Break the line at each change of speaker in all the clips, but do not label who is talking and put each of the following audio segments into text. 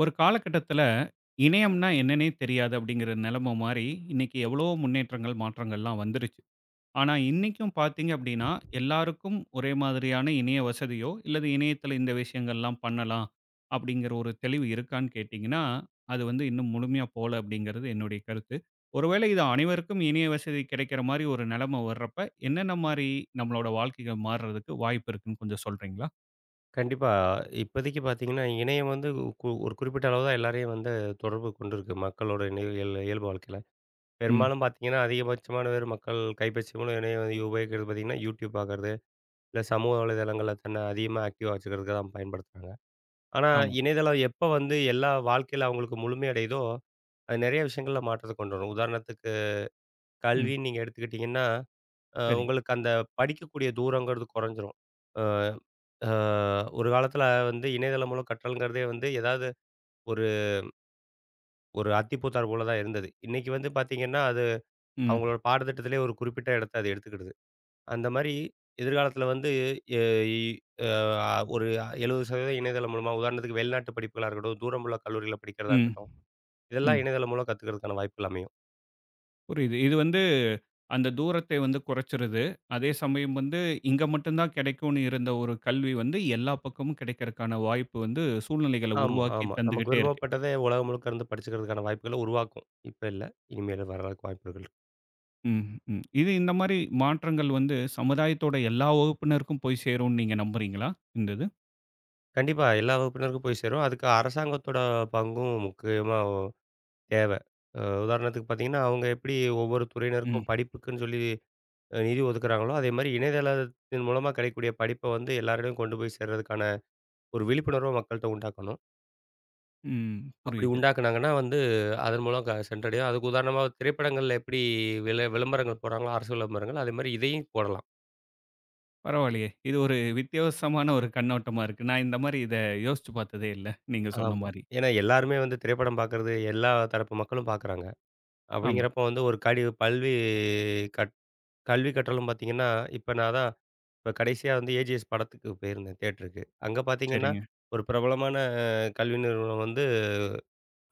ஒரு காலகட்டத்துல, இணையம்னா என்னன்னே தெரியாது அப்படிங்கிற நிலைமை மாறி, இன்னைக்கு எவ்வளவோ முன்னேற்றங்கள், மாற்றங்கள்லாம் வந்துருச்சு. ஆனா இன்னைக்கும் பார்த்தீங்க அப்படின்னா, எல்லாருக்கும் ஒரே மாதிரியான இணைய வசதியோ, இல்லது இணையத்தில இந்த விஷயங்கள்லாம் பண்ணலாம், அப்படிங்கிற ஒரு தெளிவு இருக்கான்னு கேட்டீங்கன்னா, அது வந்து இன்னும் முழுமையா போல அப்படிங்கிறது என்னுடைய கருத்து. ஒருவேளை இது அனைவருக்கும் இணைய வசதி கிடைக்கிற மாரி ஒரு நிலைமை வர்றப்ப, என்னென்ன மாரி நம்மளோட வாழ்க்கைகள் மாறுறதுக்கு வாய்ப்பு இருக்குன்னு கொஞ்சம் சொல்றீங்களா?
கண்டிப்பா. இப்போதைக்கு பார்த்தீங்கன்னா, இணையம் வந்து ஒரு குறிப்பிட்ட அளவு தான் எல்லாரையும் வந்து தொடர்பு கொண்டிருக்கு. மக்களோட இணை இயல் இயல்பு வாழ்க்கையில.
ம்.
பெரும்பாலும் பார்த்தீங்கன்னா, அதிகபட்சமான பேர் மக்கள் கைபேசி மூலம் இணையம் வந்து உபயோகிக்கிறது பார்த்தீங்கன்னா, YouTube பார்க்கறது, இல்ல சமூக வலைதளங்கள்ல தன்னை அதிகமா ஆக்டிவா வச்சுக்கிறதுக்கு தான் பயன்படுத்துறாங்க. ஆனா,
ஆமா.
இணையதளம் எப்ப வந்து எல்லா வாழ்க்கையில அவங்களுக்கு முழுமையடையுதோ, அது நெறைய விஷயங்கள்ல மாற்றத்த கொண்டு வரும். உதாரணத்துக்கு
ம்.
கல்வின்னு நீங்க எடுத்துக்கிட்டீங்கன்னா,
சரி.
உங்களுக்கு அந்த படிக்கக்கூடிய தூரங்கிறது குறைஞ்சிரும். அ அ ஒரு காலத்தில வந்து இணையதளம் மூலம் கற்றல்ங்கிறதே வந்து ஏதாவது ஒரு ஒரு அத்திப்பூத்தார் போல தான் இருந்தது. இன்னைக்கு வந்து பார்த்தீங்கன்னா, அது
ம்.
அவங்களோட பாடத்திட்டத்திலேயே ஒரு குறிப்பிட்ட இடத்த அது எடுத்துக்கிடுது. அந்த மாரி எதிர்காலத்தில வந்து எ இ அ ஒரு 70% இணையதளம் மூலமா உதாரணத்துக்கு வெளிநாட்டு படிப்புகளா இருக்கட்டும், தூரமுள்ள கல்லூரியில படிக்கிறதா
ம்.
இருக்கட்டும்,
ம்.
இதெல்லாம் இணையதளம் மூலம் கத்துக்கிறதுக்கான வாய்ப்புகள் அமையும்.
புரியுது. இது வந்து அந்த தூரத்தை வந்து குறைச்சிருது. அதே சமயம் வந்து இங்க மட்டும் தான் கிடைக்கும்னு இருந்த ஒரு கல்வி வந்து எல்லா பக்கமும் கிடைக்கிறக்கான வாய்ப்பு வந்து சூழ்நிலைகள
ஆமா,
உருவாக்கி
ஆமா. நமக்கு
தந்துகிட்டே இருக்கு.
விருப்பப்பட்டதை உலகம் முழுக்க இருந்து படிச்சுக்கிறதுக்கான வாய்ப்புகள உருவாக்கும். இப்ப இல்ல. இனிமேல் வர்றதுக்கு வாய்ப்புகள் இருக்கு.
ம், ம். இது இந்த மாரி மாற்றங்கள் வந்து சமுதாயத்தோட எல்லா வகுப்பினருக்கும் போய் சேரும்னு நீங்க நம்புறீங்களா? இந்த இது.
கண்டிப்பா. எல்லா வகுப்பினருக்கும் போய் சேரும். அதுக்கு அரசாங்கத்தோட பங்கும் முக்கியமா தேவ. உதாரணத்துக்கு பார்த்தீங்கன்னா, அவங்க எப்படி ஒவ்வொரு
ம்,
துறையினருக்கும் படிப்புக்குன்னு சொல்லி நிதி ஒதுக்குறாங்களோ, அதேமாரி இணையதளத்தின் மூலமா கிடைக்கக்கூடிய படிப்ப வந்து எல்லாரிடையும் கொண்டு போய் சேர்றதுக்கான ஒரு விழிப்புணர்வ மக்கள்ட்ட உண்டாக்கணும்.
ம்.
அப்படி
புரியுது.
உண்டாக்குனாங்கன்னா வந்து, அதன் மூலம் சென்றடையும். அதுக்கு உதாரணமா திரைப்படங்கள்ல எப்படி விளம்பரங்கள் போடுறாங்களோ, அரசு விளம்பரங்கள், அதேமாரி இதையும் போடலாம்.
பரவாயில்லையே! இது ஒரு வித்தியாசமான ஒரு கண்ணோட்டமா இருக்கு. நான் இந்த மாரி இத யோசிச்சு பார்த்ததே இல்ல. நீங்க சொன்ன
ஆமா.
மாரி.
ஏன்னா எல்லாருமே வந்து திரைப்படம் பார்க்கறது எல்லா தரப்பு மக்களும் பார்க்குறாங்க.
ஆமா.
அப்படிங்கிறப்போ வந்து ஒரு கடி பல்வி கட் கல்வி கற்றலும் பார்த்தீங்கன்னா, இப்ப நான் தான் இப்ப கடைசியா வந்து ஏஜிஎஸ் படத்துக்கு போயிருந்தேன் தியேட்டருக்கு. அங்க பார்த்தீங்கன்னா,
சரிங்க.
ஒரு பிரபலமான கல்வி நிறுவனம் வந்து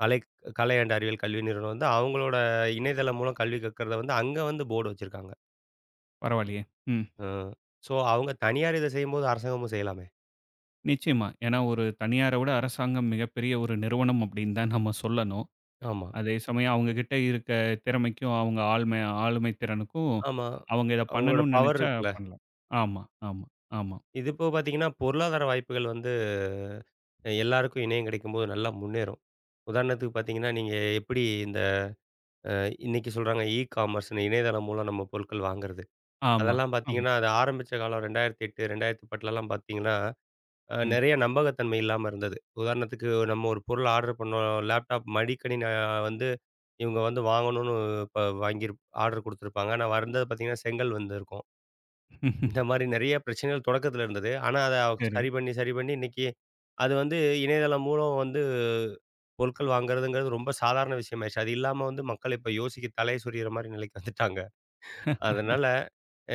அலை கலை அண்ட் அறிவியல் கல்வி நிறுவனம் வந்து அவங்களோட இணையதளம் மூலம் கல்வி கற்கிறத வந்து அங்க வந்து போர்டு வச்சிருக்காங்க.
பரவாயில்லையே! ம்.
அ ஸோ அவங்க தனியார் இத செய்யும்போது அரசாங்கமும் செய்யலாமே!
நிச்சயமா. ஏன்னா ஒரு தனியார விட அரசாங்கம் மிகப்பெரிய ஒரு நிறுவனம் அப்படின்னு தான் நம்ம சொல்லணும்.
ஆமா.
அதே சமயம் அவங்க கிட்ட இருக்க திறமைக்கும், அவங்க ஆளுமை திறனுக்கும்
ஆமா.
அவங்க இத
அவங்களோட
பண்ணணும்னு
பவர்
நெனைச்சா
இருக்குல்ல.
பண்ணலாம். ஆமா, ஆமா, ஆமா,
இது போக பார்த்தீங்கன்னா, பொருளாதார வாய்ப்புகள் வந்து எல்லாருக்கும் இணையம் கிடைக்கும்போது நல்லா முன்னேறும். உதாரணத்துக்கு பார்த்தீங்கன்னா, நீங்க எப்படி இந்த அ இன்னைக்கு சொல்றாங்க காமர்ஸ்ன்னு இணையதளம் மூலம் நம்ம பொருட்கள் வாங்குறது.
ஆமா,
அதெல்லாம்
ஆமா.
பார்த்தீங்கன்னா, அது ஆரம்பிச்ச காலம் 2008, 2010லலாம் பார்த்தீங்கன்னா,
ம்.
நெறைய நம்பகத்தன்மை இல்லாம இருந்தது. உதாரணத்துக்கு நம்ம ஒரு பொருள் ஆர்டர் பண்ணோம். லேப்டாப் மடிக்கணினி வந்து இவங்க வந்து வாங்கணும்னு இப்ப ஆர்டர் குடுத்துருப்பாங்க. ஆனா வந்தது பார்த்தீங்கன்னா, செங்கல் வந்திருக்கும். இந்த மாரி நெறைய பிரச்சனைகள் தொடக்கத்தில இருந்தது. ஆனா அத
சரி.
சரி பண்ணி, சரி பண்ணி இன்னைக்கு அது வந்து இணையதளம் மூலம் வந்து பொருட்கள் வாங்குறதுங்கிறது ரொம்ப சாதாரண விஷயமாயிருச்சு. அது இல்லாம வந்து மக்கள் இப்ப யோசிக்க தலைய சொறியிற மாரி நிலைக்கு வந்துட்டாங்க. அதனால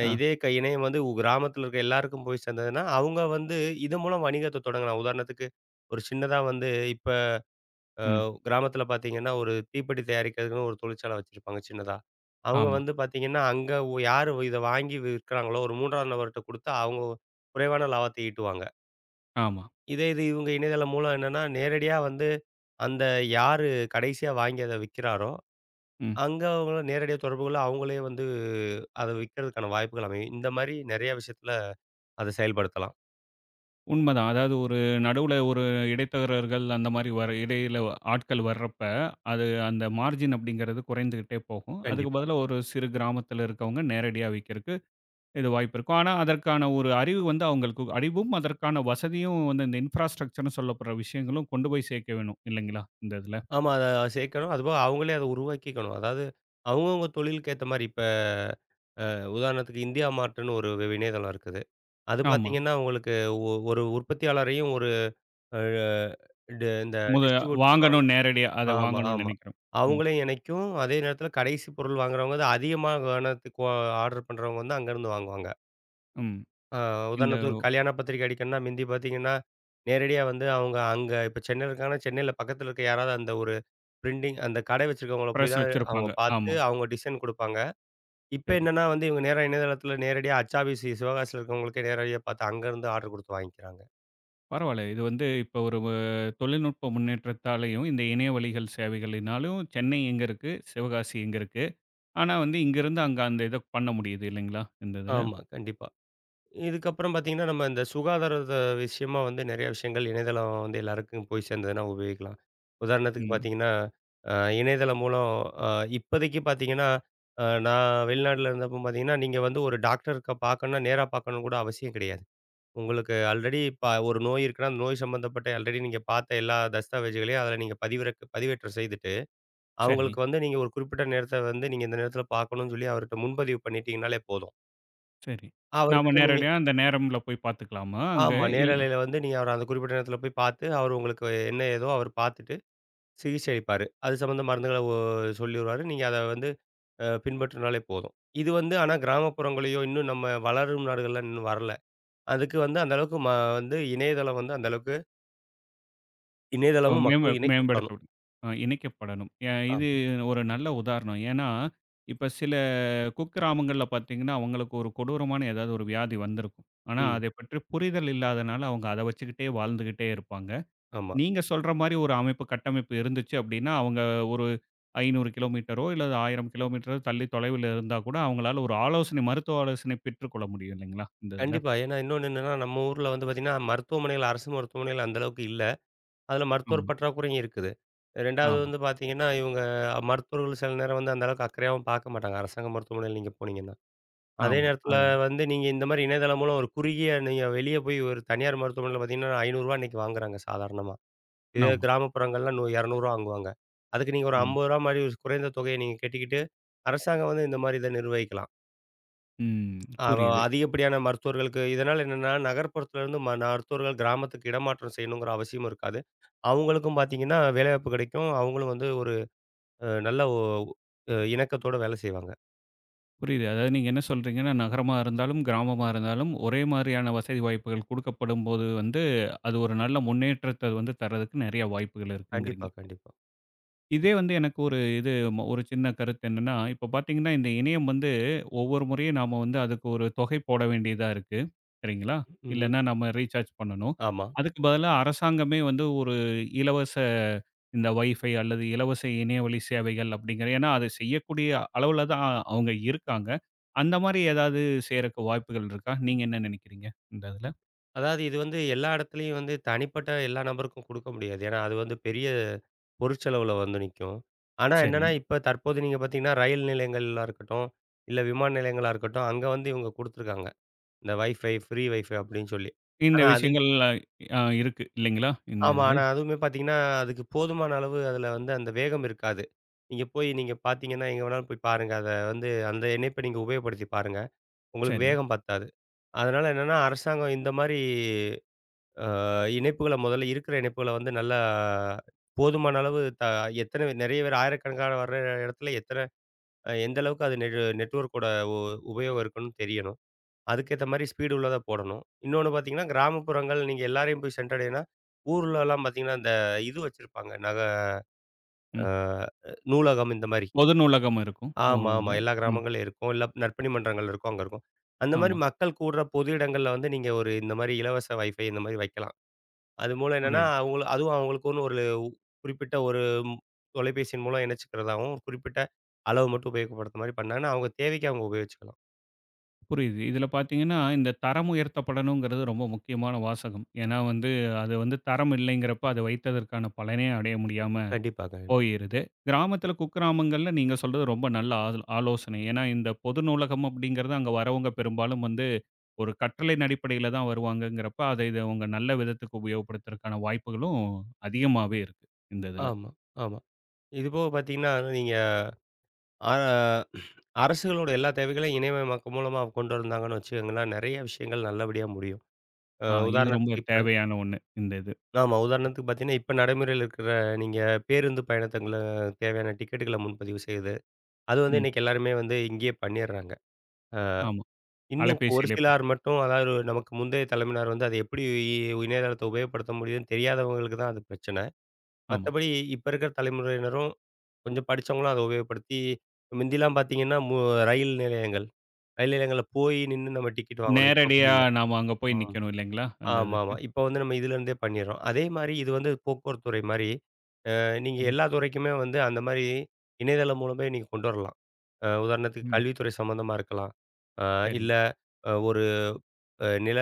இதே இணையம் வந்து கிராமத்துல இருக்க எல்லாருக்கும் போய் சேர்ந்ததுன்னா, அவங்க வந்து இது மூலம் வணிகத்த தொடங்கலாம். உதாரணத்துக்கு ஒரு சின்னதா வந்து இப்ப அ
ம்.
கிராமத்துல பார்த்தீங்கன்னா, ஒரு தீப்பெட்டி தயாரிக்கிறதுக்குன்னு ஒரு தொழிற்சாலை வச்சிருப்பாங்க சின்னதா. அவங்க
ஆமா,
வந்து பார்த்தீங்கன்னா, அங்க யாரு இத வாங்கி விற்கிறாங்களோ, ஒரு 3ஆம் நபர்ட்ட குடுத்து அவங்க குறைவான லாபத்தை ஈட்டுவாங்க.
ஆமா.
இதே இது இவங்க இணையதளம் மூலம் என்னன்னா, நேரடியா வந்து அந்த யாரு கடைசியா வாங்கி அத விக்கிறாரோ,
ம்.
அங்க அவங்கள நேரடியா தொடர்பு கொள்ள அவங்களே வந்து அத விக்கிறதுக்கான வாய்ப்புகள் அமையும். இந்த மாரி நெறைய விஷயத்துல அத செயல்படுத்தலாம்.
உண்மதான். அதாவது ஒரு நடுவுல ஒரு இடைத்தரகர்கள் அந்த மாரி வர இடையில ஆட்கள் வர்றப்ப, அது அந்த மார்ஜின் அப்படிங்கிறது குறைந்துகிட்டே போகும். அதுக்கு
கண்டிப்பா.
பதிலா ஒரு சிறு கிராமத்தில இருக்கவங்க நேரடியா விக்கிறதுக்கு இது வாய்ப்பு இருக்கும். ஆனா, அதற்கான ஒரு அறிவு வந்து அவங்களுக்கு அறிவும், அதற்கான வசதியும் வந்து இந்த இன்ஃப்ராஸ்ட்ரக்சர்ன்னு சொல்லப்படுற விஷயங்களும் கொண்டு போய் சேர்க்க வேணும் இல்லைங்களா? இந்த இதில.
ஆமா. அத சேர்க்கணும். அதுபோக அவங்களே அத உருவாக்கிக்கணும். அதாவது அவங்கவங்க தொழிலுக்கு ஏத்த மாரி இப்ப உதாரணத்துக்கு இந்தியா மார்ட்ன்னு ஒரு இணையதளம் இருக்குது. அது
ஆமா.
பார்த்தீங்கன்னா, உங்களுக்கு ஒரு உற்பத்தியாளரையும் ஒரு அ டி இந்த
முத
டிஸ்ட்ரிபியூட் பண்ணுவாங்க.
வாங்கணும் நேரடியா. அத
ஆமா,
வாங்கணும்னு
ஆமா.
நினைக்கிறோம். ம்,
அவங்களையும் இணைக்கும். அதே நேரத்தில கடைசி பொருள் வாங்குறவங்க வந்து அதிகமா கவனத்துக்கு ஆர்டர் பண்றவங்க வந்து அங்கருந்து வாங்குவாங்க.
ம்.
அ
இந்த
உதாரணத்துக்கு ஒரு கல்யாண பத்திரிக்கை அடிக்கணும்னா, மிந்தி பார்த்தீங்கன்னா, நேரடியா வந்து அவங்க அங்க இப்ப சென்னையில இருக்காங்கன்னா, சென்னையில பக்கத்தில இருக்க யாராவது அந்த ஒரு பிரிண்டிங் அந்த கடை வச்சிருக்கவங்கள போய்
பிரஸ்
தான் அவங்க
வச்சிருப்பாங்க.
பார்த்து,
ஆமா.
அவங்க டிசைன் குடுப்பாங்க. இப்ப
சரி.
என்னன்னா வந்து இவங்க நேரா இணையதளத்துல நேரடியா அச்சாபீஸ் சிவகாசியில இருக்கவங்களுக்கே நேரடியா பார்த்து அங்கருந்து ஆர்டர் குடுத்து வாங்கிக்கிறாங்க.
பரவால்ல. இது வந்து இப்போ ஒரு தொழில்நுட்ப முன்னேற்றத்தாலயும், இந்த இணைய வழிகள் சேவைகளினாலும் சென்னை எங்க இருக்கு? சிவகாசி எங்க இருக்கு? ஆனா வந்து இங்கிருந்து அங்க அந்த இத பண்ண முடியுது இல்லைங்களா? இந்த இதில.
ஆமா, கண்டிப்பா. இதுக்கப்புறம் பார்த்தீங்கன்னா, நம்ம இந்த சுகாதாரத விஷயமா வந்து நெறைய விஷயங்கள் இணையதளம் வந்து எல்லாருக்கும் போய் சேர்ந்ததுன்னா உபயோகிக்கலாம். உதாரணத்துக்கு
ம்.
பார்த்தீங்கன்னா, அ இணையதளம் மூலம் அ இப்போதைக்கு பார்த்தீங்கன்னா, நான் வெளிநாட்ல இருந்தப்போ பார்த்தீங்கன்னா, நீங்க வந்து ஒரு டாக்டர்க்க பார்க்கணும்னா நேரா பார்க்கணும்னு கூட அவசியம் கிடையாது. உங்களுக்கு ஆல்ரெடி இப்ப ஒரு நோய் இருக்குன்னா, அந்த நோய் சம்மந்தப்பட்ட ஆல்ரெடி நீங்க பார்த்த எல்லா தஸ்தாவேஜுகளையும் அதில நீங்க பதிவிறக்க பதிவேற்றம் செய்துட்டு,
சரி.
அவங்களுக்கு வந்து நீங்க ஒரு குறிப்பிட்ட நேரத்த வந்து நீங்க இந்த நேரத்தில பார்க்கணும்னு சொல்லி அவர்ட்ட முன்பதிவு பண்ணிட்டீங்கனாலே போதும்.
சரி. நாம
அவர்கிட்ட நீங்க.
நேரடியா அந்த நேரம்ல போய் பார்த்துக்கலாமா அங்க?
ஆமா.
இல்ல
நேரலையில வந்து நீங்க அவர அந்த குறிப்பிட்ட நேரத்தில போய் பார்த்து, அவர் உங்களுக்கு என்ன ஏதோ அவர் பார்த்துட்டு சிகிச்சை அளிப்பாரு. அது சம்மந்த மருந்துகள சொல்லி வருவாரு. நீங்க அத வந்து பின்பற்றினாலே போதும். இது வந்து ஆனா கிராமப்புறங்களையோ, இன்னும் நம்ம வளரும் நாடுகள்ல இன்னும் வரல. அதுக்கு வந்து அந்த அளவுக்கு வந்து இணையதளம் வந்து அந்த அளவுக்கு
அ
இணையதளமும்
மேம்ப
மக்களும்
மேம்படுத்த
இணைக்கப்படணும்.
விட இணைக்கப்படணும். இது
ஆமா.
ஒரு நல்ல உதாரணம். ஏன்னா, இப்ப சில குக்கிராமங்கள்ல பார்த்தீங்கன்னா, அவங்களுக்கு ஒரு கொடூரமான ஏதாவது ஒரு வியாதி வந்திருக்கும். ஆனா,
ம்.
அதைப் பற்றி புரிதல் இல்லாதனால அவங்க அத வச்சுக்கிட்டே வாழ்ந்துகிட்டே இருப்பாங்க.
ஆமா.
நீங்க சொல்ற மாரி ஒரு அமைப்பு, கட்டமைப்பு இருந்துச்சு அப்படின்னா, அவங்க ஒரு 500 கிலோமீட்டரோ இல்ல 1000 கிலோமீட்டரோ தள்ளி தொலைவில இருந்தா கூட அவங்களால ஒரு ஆலோசனை மருத்துவ ஆலோசனை பெற்றுக்கொள்ள முடியும் இல்லைங்களா? இந்த இதுல.
கண்டிப்பா. ஏன்னா இன்னொன்னு என்னன்னா, நம்ம ஊர்ல வந்து பார்த்தீங்கன்னா, மருத்துவமனைகள் அரசு மருத்துவமனைகள் அந்த அளவுக்கு இல்ல. அதில மருத்துவர்
ஆமா.
பற்றாக்குறையும் இருக்குது. 2வது
ஆமா.
வந்து பார்த்தீங்கன்னா, இவங்க மருத்துவர்கள் சில நேரம் வந்து அந்த அளவுக்கு அக்கறையாவும் பார்க்க மாட்டாங்க. அரசாங்க மருத்துவமனையில நீங்க போனீங்கன்னா. அதே
ஆமா.
நேரத்தில
அதுதான்.
வந்து நீங்க இந்த மாரி இணையதளம் மூலம் ஒரு குறுகிய நீங்க வெளிய போய் ஒரு தனியார் மருத்துவமனையில பார்த்தீங்கன்னா, ரூ. 500 இன்னைக்கு வாங்குறாங்க சாதாரணமா. இதே
ஆமா.
கிராமப்புறங்கள்ல ரூ. 200 வாங்குவாங்க. அதுக்கு நீங்க ஒரு ரூ.
ம்.
50 மாரி ஒரு குறைந்த தொகையை நீங்க கட்டிக்கிட்டு, அரசாங்கம் வந்து இந்த மாரி இத நிர்வகிக்கலாம்.
ம்.
அவ
புரியுது,
அதிகப்படியான மருத்துவர்களுக்கு இதனால என்னன்னா, நகர்ப்புறத்துல இருந்து மருத்துவர்கள் கிராமத்துக்கு இடமாற்றம் செய்யணுங்கிற அவசியமும் இருக்காது. அவங்களுக்கும் பார்த்தீங்கன்னா, வேலைவாய்ப்பு கிடைக்கும். அவங்களும் வந்து ஒரு நல்ல ஒ அ இணக்கத்தோட வேலை செய்வாங்க.
புரியுது. அதாவது நீங்க என்ன சொல்றீங்கன்னா, நகரமா இருந்தாலும், கிராமமா இருந்தாலும் ஒரே மாதிரியான வசதி வாய்ப்புகள் குடுக்கப்படும்போது வந்து, அது ஒரு நல்ல முன்னேற்றத்த வந்து தர்றதுக்கு நெறைய வாய்ப்புகள் இருக்குங்கிறீங்க.
கண்டிப்பா, கண்டிப்பா.
இதே வந்து எனக்கு ஒரு இது ஒரு சின்ன கருத்து என்னன்னா, இப்ப பார்த்தீங்கன்னா, இந்த இணையம் வந்து ஒவ்வொரு முறையும் நாம வந்து அதுக்கு ஒரு தொகை போட வேண்டியதா இருக்கு. சரிங்களா?
ம்ஹ்ம்.
இல்லன்னா நம்ம ரீசார்ஜ் பண்ணணும்.
ஆமா.
அதுக்கு பதிலா அரசாங்கமே வந்து ஒரு இலவச இந்த வைஃபை அல்லது இலவச இணையவழி சேவைகள் அப்படிங்கிற ஏன்னா, அது செய்யக்கூடிய அளவுல தான் அவங்க இருக்காங்க. அந்த மாரி ஏதாவது செய்றக்கு வாய்ப்புகள் இருக்கா? நீங்க என்ன நினைக்கிறீங்க? இந்த இதுல?
அதாவது இது வந்து எல்லா இடத்துலயும் வந்து தனிப்பட்ட எல்லா நபருக்கும் கொடுக்க முடியாது. ஏன்னா, அது வந்து பெரிய பொருட்செலவுல வந்து நிக்கும். ஆனா
சரி.
என்னன்னா, இப்ப தற்போது நீங்க பார்த்தீங்கன்னா, ரயில் நிலையங்கள்லாம் இருக்கட்டும், இல்ல விமான நிலையங்களா இருக்கட்டும், அங்க வந்து இவங்க குடுத்துருக்காங்க. இந்த வைஃபை, ஃப்ரீ வைஃபை அப்படின்னு சொல்லி.
இந்த
ஆனா அது
விஷயங்கள் அ இருக்கு இல்லைங்களா? இந்த
ஆமா.
இது.
ஆனா அதுவுமே பார்த்தீங்கன்னா, அதுக்கு போதுமான அளவு அதுல வந்து அந்த வேகம் இருக்காது. நீங்க போய் நீங்க பார்த்தீங்கன்னா, எங்க வேணாலும் போய் பாருங்க. அத வந்து அந்த இணைப்ப நீங்க உபயோகப்படுத்தி பாருங்க. உங்களுக்கு
சரி.
வேகம் பத்தாது. அதனால என்னன்னா, அரசாங்கம் இந்த மாரி அ இணைப்புகள முதல்ல இருக்கிற இணைப்புகள வந்து நல்லா போதுமான அளவு எத்தனை நெறைய பேர் ஆயிரக்கணக்கான வர்ற இடத்துல எத்தனை எந்த அளவுக்கு அது நெட்வொர்க்கோட உ உபயோகம் இருக்குன்னு தெரியணும். அதுக்கேத்த மாரி ஸ்பீடு உள்ளதா போடணும். இன்னொன்னு பார்த்தீங்கன்னா, கிராமப்புறங்கள் நீங்க எல்லாரையும் போய் சென்றடையணும்னா, ஊர்லலாம் பார்த்தீங்கன்னா, இந்த இது வச்சிருப்பாங்க. நக
ம்.
அ நூலகம் இந்த மாரி.
பொது நூலகம் இருக்கும். ஓ!
ஆமா,
இல்ல.
ஆமா. எல்லா
ம்.
கிராமங்கள்லயும் இருக்கும். இல்ல நற்பணி மன்றங்கள் இருக்கும். அங்க இருக்கும். அந்த மாரி
ஆமா.
மக்கள் கூடுற பொது இடங்கள்ல வந்து நீங்க ஒரு இந்த மாரி இலவச வைஃபை இந்த மாரி வைக்கலாம். அது மூலம் என்னன்னா,
புரியுது,
அவங்கள அதுவும் அவங்களுக்குன்னு ஒரு குறிப்பிட்ட ஒரு ம்- தொலைபேசியின் மூலம் இணைச்சுக்கிறதாவும், குறிப்பிட்ட அளவு மட்டும் உபயோகப்படுத்துற மாரி பண்ணாங்கன்னா, அவங்க தேவைக்கு அவங்க உபயோகிச்சுக்கலாம்.
புரியுது. இதில பார்த்தீங்கன்னா, இந்த தரம் உயர்த்தப்படணுங்கிறது ரொம்ப முக்கியமான வாசகம். ஏன்னா வந்து, அது வந்து தரம் இல்லைங்கிறப்ப, அத வைத்ததற்கான பலனே அடைய முடியாம
கண்டிப்பா, கண்டிப்பா.
போயிருது. கிராமத்தில, குக்கிராமங்கள்ல நீங்க சொல்றது ரொம்ப நல்ல ஆலோசனை. ஏன்னா இந்த பொது நூலகம் அப்படிங்கிறது அங்க வரவங்க பெரும்பாலும் வந்து, ஒரு கற்றலின் அடிப்படையில தான் வருவாங்கங்கிறப்ப, அதை இத அவங்க நல்ல விதத்துக்கு உபயோகப்படுத்துறதுக்கான வாய்ப்புகளும் அதிகமாவே இருக்கு, இந்த இதில.
ஆமா, ஆமா. இதுபோக பார்த்தீங்கன்னா, நீங்க ஆ அரசுகளோட எல்லா தேவைகளையும் இணையமயமாக்கம் மூலமா கொண்டு வந்தாங்கன்னு வச்சுக்கோங்களேன், நெறைய விஷயங்கள் நல்லபடியா முடியும். அ
ஆ இது ரொம்ப
உதாரணத்துக்கு இப்ப
தேவையான ஒண்ணு, இந்த இது.
ஆமா. உதாரணத்துக்கு பார்த்தீங்கன்னா, இப்ப நடைமுறையில இருக்கிற நீங்க பேருந்து பயணத்துங்கள தேவையான டிக்கெட்டுகள முன்பதிவு செய்யுது. அது வந்து
ம்.
இன்னைக்கு எல்லாருமே வந்து இங்கேயே பண்ணிடுறாங்க.
ஆமா.
இன்னும் ஒரு
அலைபேசியிலே பண்
சிலார் மட்டும் அதாவது நமக்கு முந்தைய தலைமுறையினர் வந்து, அது எப்படி இ இணையதளத்த உபயோகப்படுத்த முடியுதுன்னு தெரியாதவங்களுக்கு தான் அது பிரச்சனை.
ஆமா.
மத்தபடி இப்ப இருக்கிற தலைமுறையினரும் கொஞ்சம் படிச்சவங்களும் அத உபயோகப்படுத்தி, முந்திலாம் பார்த்தீங்கன்னா, ரயில் நிலையங்கள். ரயில் நிலையங்கள்ல போய் நின்னு நம்ம டிக்கெட் வாங்கணும். இப்ப அப்படி
நேரடியா
இல்ல.
நாம அங்க
ஆ.
போய் நிக்கணும் இல்லைங்களா? அந்த
ஆமாமா.
இதுக்கு.
இப்ப வந்து நம்ம இதுலருந்தே பண்ணிர்றோம். அதே மாரி இது வந்து போக்குவரத்து துறை மாரி, நீங்க
ம்,
எல்லா துறைக்குமே வந்து அந்த மாரி இணையதளம் மூலமே நீங்க கொண்டு வரலாம். உதாரணத்துக்கு
ம்.
கல்வித்துறை சம்மந்தமா இருக்கலாம். அ
சரி.
இல்ல அ ஒரு அ நில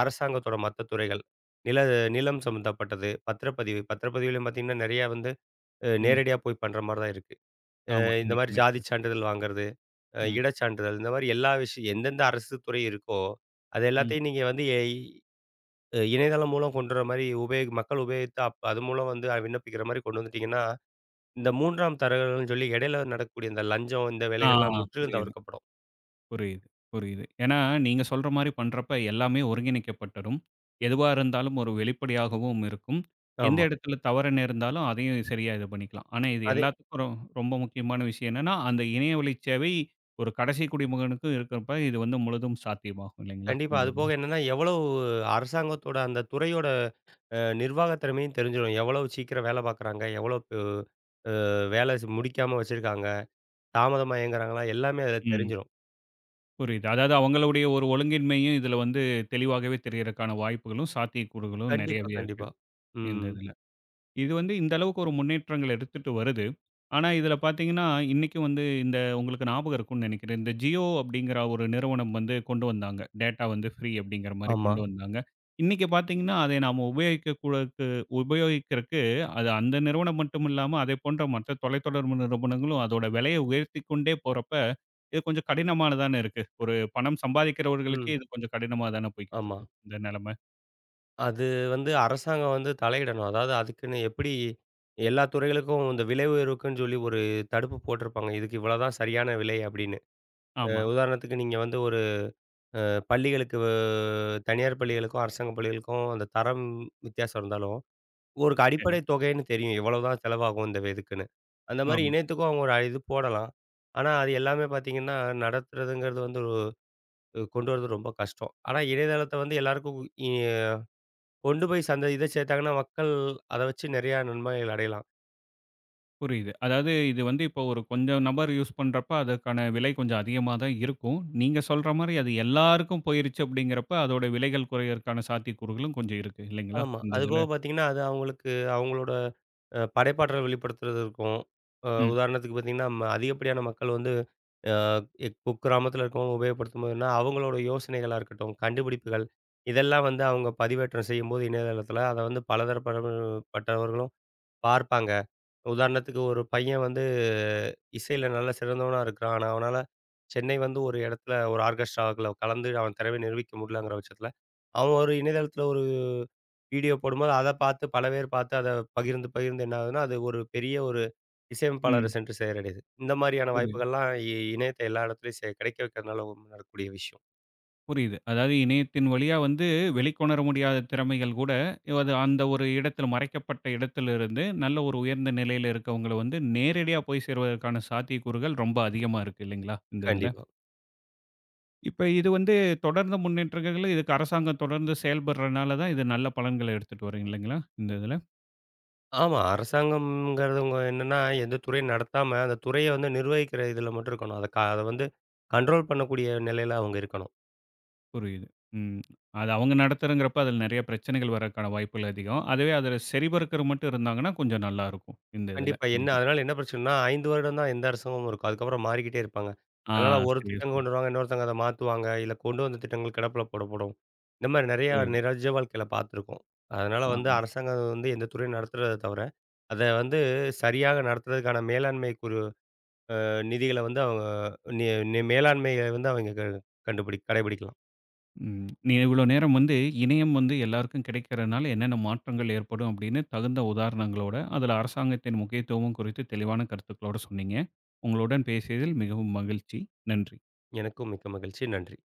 அரசாங்கத்தோட மத்த துறைகள். நில நிலம் சம்மந்தப்பட்டது, பத்திரப்பதிவு. பத்திரப்பதிவுலயும் பார்த்தீங்கன்னா, நெறையா வந்து
ம்.
நேரடியா போய் பண்ற மாரி தான் இருக்கு. அ
ஆமா.
இந்த
இன்னைக்கு
மாரி ஜாதி
நேரத்துக்கு.
சான்றிதழ் வாங்குறது,
ம்,
இடச் சான்றிதழ் இந்த மாரி எல்லா விஷயம் எந்தெந்த அரசு துறை இருக்கோ, அது
ம்.
எல்லாத்தையும் நீங்க வந்து இணையதளம் மூலம் கொண்டு வர மாரி மக்கள் உபயோகித்து அது மூலம் வந்து விண்ணப்பிக்கிற மாரி கொண்டு வந்துட்டீங்கன்னா, இந்த 3ஆம் தரகர்கள்னு சொல்லி இடையில நடக்கக்கூடிய இந்த லஞ்சம் இந்த
ஆ
வேலைகள்லாம் முற்றிலும்
புரியுது,
தவிர்க்கப்படும்.
புரியுது, புரியுது. ஏன்னா, நீங்க சொல்ற மாரி பண்றப்ப எல்லாமே ஒருங்கிணைக்கப்பட்டரும். எதுவா இருந்தாலும் ஒரு வெளிப்படையாகவும் இருக்கும். எந்த
ஆமா.
இடத்துல தவறு நேர்ந்தாலும் அதையும் சரியா இது பண்ணிக்கலாம். ஆனா, இது
அது
எல்லாத்துக்கும் ரொம்ப முக்கியமான விஷயம் என்னன்னா, அந்த இணையவழி சேவை ஒரு கடைசி குடிமகனுக்கும் இருக்கிறப்ப இது வந்து முழுதும் சாத்தியமாகும் இல்லைங்களா?
கண்டிப்பா.
இந்த இது.
அதுபோக என்னன்னா, எவ்வளவு அரசாங்கத்தோட அந்த துறையோட நிர்வாகத் திறமையும் தெரிஞ்சிரும். எவ்வளவு சீக்கிரம் வேலை பார்க்குறாங்க, எவ்வளவு வேலை முடிக்காம வச்சிருக்காங்க, தாமதமா இயங்குறாங்களா எல்லாமே அதில
ம்.
தெரிஞ்சிரும்.
புரியுது. அதாவது அவங்களுடைய ஒரு ஒழுங்கின்மையும், இதுல வந்து தெளிவாகவே தெரியறக்கான வாய்ப்புகளும், சாத்தியக்கூறுகளும்
கண்டிப்பா,
நெறையவே இருக்கு.
கண்டிப்பா.
இந்த
ம்.
இதுல. இது வந்து இந்த அளவுக்கு ஒரு முன்னேற்றங்கள் எடுத்துட்டு வருது. ஆனா, இதில பார்த்தீங்கன்னா, இன்னைக்கும் வந்து இந்த உங்களுக்கு ஞாபகம் இருக்கும்னு நினைக்கிறேன். இந்த ஜியோ அப்படிங்கிற ஒரு நிறுவனம் வந்து கொண்டு வந்தாங்க. டேட்டா வந்து ஃப்ரீ அப்படிங்கிற மாரி
ஆமா.
கொண்டு வந்தாங்க. இன்னைக்கு பார்த்தீங்கன்னா, அதை நாம உபயோகிக்கிறக்கு அது அந்த நிறுவனம் மட்டும் இல்லாம, அதை போன்ற மற்ற தொலைத்தொடர்பு நிறுவனங்களும் அதோட விலைய உயர்த்திக் கொண்டே போறப்ப, இது கொஞ்சம் கடினமா தானே இருக்கு. ஒரு பணம்
ம்.
சம்பாதிக்கிறவர்களுக்கே இது கொஞ்சம் கடினமா தானே போய்க்கிட்டு
ஆமா.
இருக்கு. இந்த நிலைமை.
அது வந்து அரசாங்கம் வந்து தலையிடணும். அதாவது அதுக்குன்னு எப்படி எல்லா துறைகளுக்கும் இந்த விலை உயர்வுக்குன்னு சொல்லி ஒரு தடுப்பு போட்டிருப்பாங்க. இதுக்கு இவ்வளோதான் சரியான விலை அப்படின்னு.
ஆமா.
உதாரணத்துக்கு நீங்க வந்து ஒரு அ பள்ளிகளுக்கு வ தனியார் பள்ளிகளுக்கும், அரசாங்க பள்ளிகளுக்கும் அந்த தரம் வித்தியாசம் இருந்தாலும், ஒரு
சரி.
அடிப்படை தொகைன்னு தெரியும். இவ்வளோதான் செலவாகும் இந்த இதுக்குன்னு. அந்த மாரி
ஆமா.
இணையத்துக்கும் அவங்க ஒரு இது போடலாம். ஆனா அது எல்லாமே பார்த்தீங்கன்னா, நடத்துறதுங்கிறது வந்து ஒரு கொண்டு வரது ரொம்ப கஷ்டம். ஆனா இணையதளத்த வந்து எல்லாருக்கும் இ கொண்டு போய் சந்த இத சேர்த்தாங்கன்னா, மக்கள் அத வச்சு நெறையா நன்மைகள் அடையலாம்.
புரியுது. அதாவது இது வந்து இப்போ ஒரு கொஞ்சம் நபர் யூஸ் பண்றப்ப, அதற்கான விலை கொஞ்சம் அதிகமா தான் இருக்கும். நீங்க சொல்ற மாரி அது எல்லாருக்கும் போயிருச்சு அப்படிங்கிறப்ப, அதோட விலைகள் குறையறக்கான சாத்தியக்கூறுகளும் கொஞ்சம் இருக்கு இல்லைங்களா?
ஆமா.
இந்த இதுல.
அதுபோக பார்த்தீங்கன்னா, அது அவங்களுக்கு அவங்களோட படைப்பாற்றல் வெளிப்படுத்துறது இருக்கும்.
ம்,
உதாரணத்துக்கு பார்த்தீங்கன்னா, அதிகப்படியான மக்கள் வந்து அ எ குக்கிராமத்தில இருக்கவங்க உபயோகப்படுத்தும்போதுன்னா, அவங்களோட யோசனைகளா இருக்கட்டும், கண்டுபிடிப்புகள் இதெல்லாம் வந்து அவங்க பதிவேற்றம் செய்யும்போது இணையதளத்தில அத வந்து பலதரப்பட்டவர்களும் பார்ப்பாங்க. உதாரணத்துக்கு ஒரு பையன் வந்து இசையில நல்ல சிறந்தவனா இருக்கிறான். ஆனா, அவனால சென்னை வந்து ஒரு இடத்துல ஒரு ஆர்கெஸ்ட்ராவுக்குள்ள கலந்து அவன் திறமைய நிரூபிக்க முடியலங்கிற பட்சத்துல, அவன் ஒரு இணையதளத்துல ஒரு வீடியோ போடும்போது அத பார்த்து பல பேர் பார்த்து அத பகிர்ந்து, பகிர்ந்து என்ன ஆகுதுன்னா, அது ஒரு பெரிய ஒரு இசையமைப்பாளர
ம்.
சென்று சேரடையுது. இந்த மாதிரியான
புரியுது,
வாய்ப்புகள்லாம் இணையத்த எல்லா இடத்துலயும் கிடைக்க வைக்கிறதுனால நடக்கக்கூடிய விஷயம்.
புரியுது. அதாவது இணையத்தின் வழியா வந்து வெளிக்கொணர முடியாத திறமைகள் கூட, அது அந்த ஒரு இடத்துல மறைக்கப்பட்ட இடத்திலிருந்து நல்ல ஒரு உயர்ந்த நிலையில இருக்கவங்கள வந்து நேரடியா போய் சேர்வதற்கான சாத்தியக்கூறுகள் ரொம்ப அதிகமா இருக்கு இல்லைங்களா? இந்த இதுல.
கண்டிப்பா.
இப்ப இது வந்து தொடர்ந்து முன்னேற்றங்கள் இதுக்கு அரசாங்கம் தொடர்ந்து செயல்படுறனால தான் இது நல்ல பலன்கள எடுத்துட்டு வரும் இல்லைங்களா? இந்த இதுல.
ஆமா. அரசாங்கம்ங்கிறவங்க என்னன்னா, எந்த துறையும் நடத்தாம அந்த துறைய வந்து நிர்வகிக்கிற இதுல மட்டும் இருக்கணும். அத அத வந்து கண்ட்ரோல் பண்ணக்கூடிய நிலையில அவங்க இருக்கணும்.
புரியுது. ம். அது அவங்க நடத்துறங்கிறப்ப அதில நெறைய பிரச்சனைகள் வர்றதுக்கான வாய்ப்புகள் அதிகம். அதுவே அதில சரிபார்க்கர் மட்டும் இருந்தாங்கன்னா கொஞ்சம் நல்லாருக்கும். இந்த இதுல
கண்டிப்பா. என்ன
இல்லைங்க.
அதனால என்ன பிரச்சனைன்னா, 5 வருடம் தான் எந்த அரசாங்கமும் இருக்கும். அதுக்கப்புறம் மாறிக்கிட்டே இருப்பாங்க.
ஆ
அதனால ஒரு
சரியா
திட்டம்
சொன்னீங்க.
கொண்டு வருவாங்க, இன்னொருத்தவங்க அத மாத்துவாங்க. இல்ல கொண்டு வந்த திட்டங்கள் கிடப்புல போடப்படும். இந்த மாரி நெறையா
புரியுது.
நிஜ வாழ்க்கையில பார்த்துருக்கோம். அதனால வந்து
ஆமா.
அரசாங்கம் வந்து எந்த துறையும் நடத்துறத தவிர, அத வந்து சரியாக நடத்துறதுக்கான மேலாண்மை குறு அ நிதிகள வந்து அவங்க நி நி மேலாண்மைய வந்து அவங்க க கண்டுபிடி கடைபிடிக்கலாம்.
ம். நீ இவ்வளோ நேரம் வந்து இணையம் வந்து எல்லாருக்கும் கிடைக்கிறனால என்னென்ன மாற்றங்கள் ஏற்படும் அப்படின்னு தகுந்த உதாரணங்களோட, அதில அரசாங்கத்தின் முக்கியத்துவமும் குறித்து தெளிவான கருத்துக்களோட சொன்னீங்க. உங்களுடன் பேசியதில் மிகவும் மகிழ்ச்சி. நன்றி.
எனக்கும் மிக்க மகிழ்ச்சி. நன்றி.